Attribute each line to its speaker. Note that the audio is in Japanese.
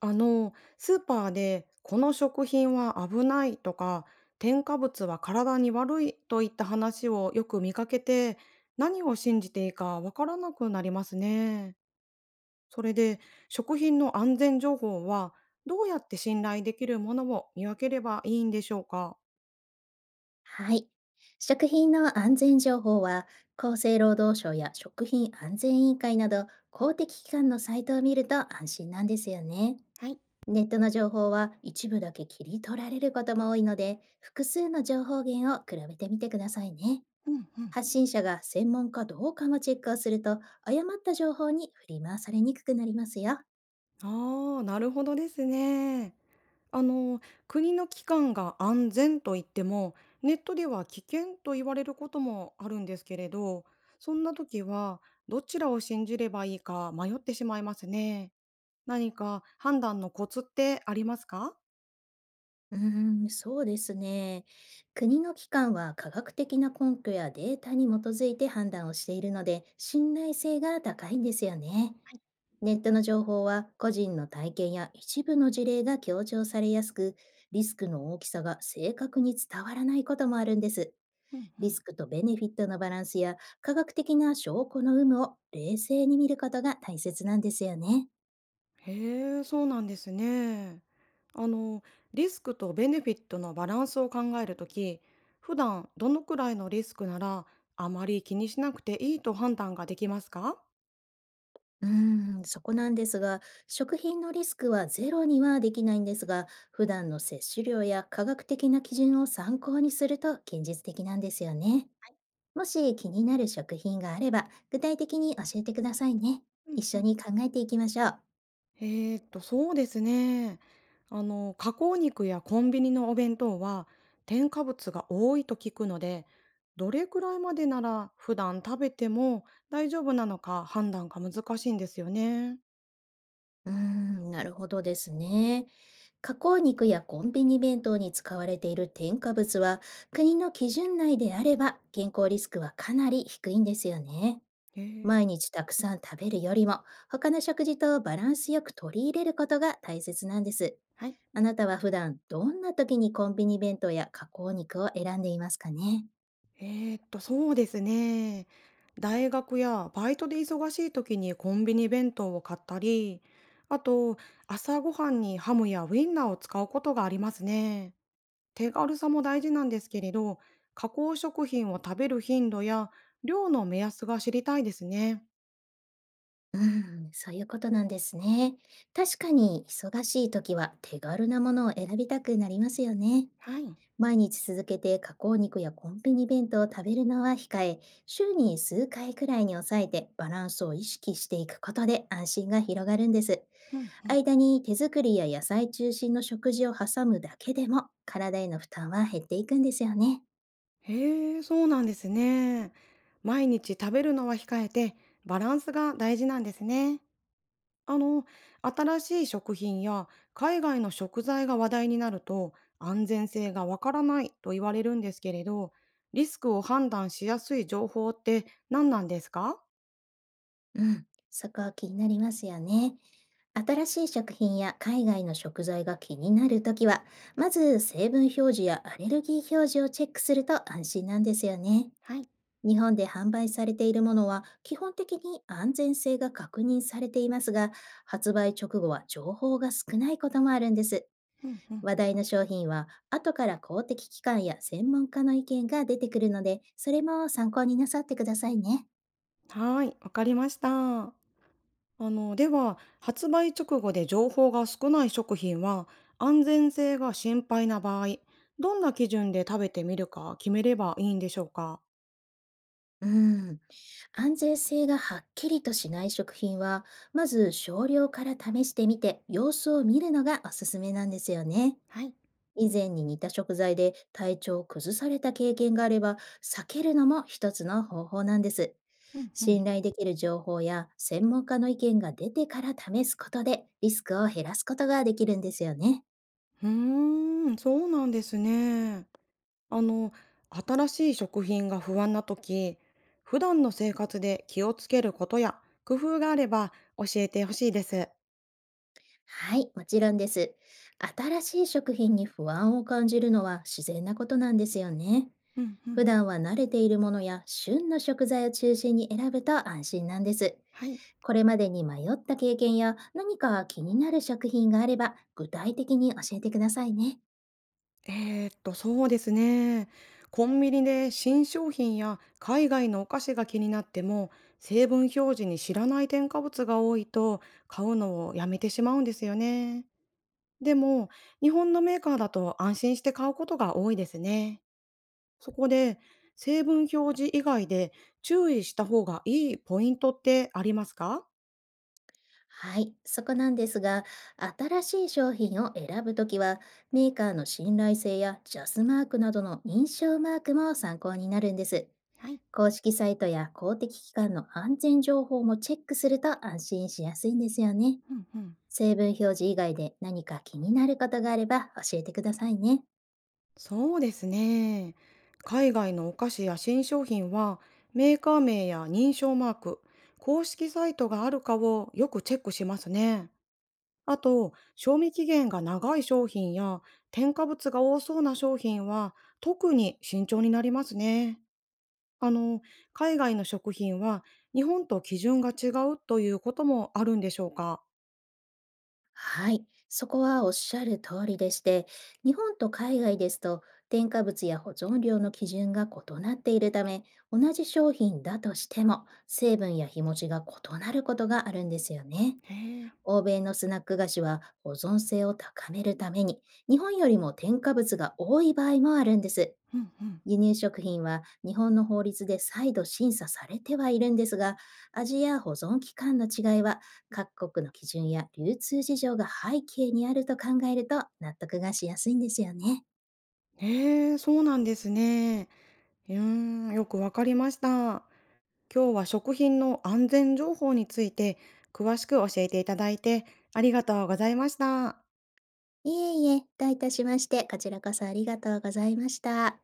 Speaker 1: スーパーでこの食品は危ないとか、添加物は体に悪いといった話をよく見かけて、何を信じていいかわからなくなりますね。それで、食品の安全情報はどうやって信頼できるものを見分ければいいんでしょうか？
Speaker 2: はい。食品の安全情報は、厚生労働省や食品安全委員会など公的機関のサイトを見ると安心なんですよね。
Speaker 1: はい。
Speaker 2: ネットの情報は一部だけ切り取られることも多いので、複数の情報源を比べてみてくださいね。
Speaker 1: うんうん。
Speaker 2: 発信者が専門かどうかもチェックをすると、誤った情報に振り回されにくくなりますよ。
Speaker 1: ああ、なるほどですね。あの、国の機関が安全と言ってもネットでは危険と言われることもあるんですけれど、そんな時はどちらを信じればいいか迷ってしまいますね。何か判断のコツってありますか？
Speaker 2: うーん、そうですね。国の機関は科学的な根拠やデータに基づいて判断をしているので、信頼性が高いんですよね。ネットの情報は個人の体験や一部の事例が強調されやすく、リスクの大きさが正確に伝わらないこともあるんです。
Speaker 1: うんう
Speaker 2: リ
Speaker 1: ん。
Speaker 2: スクとベネフィットのバランスや科学的な証拠の有無を冷静に見ることが大切なんですよね。
Speaker 1: へえ、そうなんですね。あの、リスクとベネフィットのバランスを考えるとき、普段どのくらいのリスクならあまり気にしなくていいと判断ができますか？
Speaker 2: うーん、そこなんですが、食品のリスクはゼロにはできないんですが、普段の摂取量や科学的な基準を参考にすると現実的なんですよね。もし気になる食品があれば、具体的に教えてくださいね。
Speaker 1: う
Speaker 2: 一
Speaker 1: んう
Speaker 2: 緒
Speaker 1: ん。
Speaker 2: に考えていきましょう。
Speaker 1: えそうですね。あの、加工肉やコンビニのお弁当は、添加物が多いと聞くので、どれくらいまでなら普段食べても大丈夫なのか判断が難しいんですよね。
Speaker 2: うーん、なるほどですね。加工肉やコンビニ弁当に使われている添加物は、国の基準内であれば健康リスクはかなり低いんですよね。
Speaker 1: えー、
Speaker 2: 毎日たくさん食べるよりも、他の食事とバランスよく取り入れることが大切なんです。
Speaker 1: はい。
Speaker 2: あなたは普段どんな時にコンビニ弁当や加工肉を選んでいますかね？
Speaker 1: そうですね。大学やバイトで忙しい時にコンビニ弁当を買ったり、あと、朝ごはんにハムやウインナーを使うことがありますね。手軽さも大事なんですけれど、加工食品を食べる頻度や量の目安が知りたいですね。
Speaker 2: うん、そういうことなんですね。確かに忙しい時は手軽なものを選びたくなりますよね。
Speaker 1: はい。
Speaker 2: 毎日続けて加工肉やコンビニ弁当を食べるのは控え、週に数回くらいに抑えてバランスを意識していくことで安心が広がるんです。
Speaker 1: うん。
Speaker 2: 間に手作りや野菜中心の食事を挟むだけでも、体への負担は減っていくんですよね。
Speaker 1: へえ、そうなんですね。毎日食べるのは控えて、バランスが大事なんですね。あの、新しい食品や海外の食材が話題になると、安全性がわからないと言われるんですけれど、リスクを判断しやすい情報って何なんですか？
Speaker 2: うん、そこは気になりますよね。新しい食品や海外の食材が気になるときは、まず成分表示やアレルギー表示をチェックすると安心なんですよね。
Speaker 1: はい。
Speaker 2: 日本で販売されているものは基本的に安全性が確認されていますが、発売直後は情報が少ないこともあるんです。
Speaker 1: うんうん。
Speaker 2: 話題の商品は、後から公的機関や専門家の意見が出てくるので、それも参考になさってくださいね。
Speaker 1: はーい、わかりました。あの、では、発売直後で情報が少ない食品は、安全性が心配な場合、どんな基準で食べてみるか決めればいいんでしょうか？
Speaker 2: うん。安全性がはっきりとしない食品は、まず少量から試してみて、様子を見るのがおすすめなんですよね。
Speaker 1: はい。
Speaker 2: 以前に似た食材で体調を崩された経験があれば、避けるのも一つの方法なんです。
Speaker 1: うん。うん。
Speaker 2: 信頼できる情報や専門家の意見が出てから試すことでリスクを減らすことができるんですよね。
Speaker 1: うーそうなんですね。あの、新しい食品が不安な時、普段の生活で気をつけることや工夫があれば教えてほしいです。
Speaker 2: はい、もちろんです。新しい食品に不安を感じるのは自然なことなんですよね。
Speaker 1: うんうん。
Speaker 2: 普段は慣れているものや旬の食材を中心に選ぶと安心なんです。
Speaker 1: はい。
Speaker 2: これまでに迷った経験や何か気になる食品があれば具体的に教えてくださいね。
Speaker 1: そうですね。コンビニで新商品や海外のお菓子が気になっても、成分表示に知らない添加物が多いと買うのをやめてしまうんですよね。でも、日本のメーカーだと安心して買うことが多いですね。そこで、成分表示以外で注意した方がいいポイントってありますか？
Speaker 2: はい、そこなんですが、新しい商品を選ぶときは、メーカーの信頼性やジャスマークなどの認証マークも参考になるんです。
Speaker 1: はい。
Speaker 2: 公式サイトや公的機関の安全情報もチェックすると安心しやすいんですよね。
Speaker 1: うんうん。
Speaker 2: 成分表示以外で何か気になることがあれば教えてくださいね。
Speaker 1: そうですね。海外のお菓子や新商品はメーカー名や認証マーク、公式サイトがあるかをよくチェックしますね。あと、賞味期限が長い商品や添加物が多そうな商品は特に慎重になりますね。あの、海外の食品は日本と基準が違うということもあるんでしょうか？
Speaker 2: はい、そこはおっしゃる通りでして、日本と海外ですと添加物や保存量の基準が異なっているため、同じ商品だとしても成分や日持ちが異なることがあるんですよね。
Speaker 1: へえ、
Speaker 2: 欧米のスナック菓子は保存性を高めるために日本よりも添加物が多い場合もあるんです。
Speaker 1: うんうん。
Speaker 2: 輸入食品は日本の法律で再度審査されてはいるんですが、味や保存期間の違いは各国の基準や流通事情が背景にあると考えると納得がしやすいんですよね。
Speaker 1: へえ、そうなんですね。うーよくわかりました。今日は食品の安全情報について詳しく教えていただいてありがとうございました。
Speaker 2: いえいえ、どういたしまして、こちらこそありがとうございました。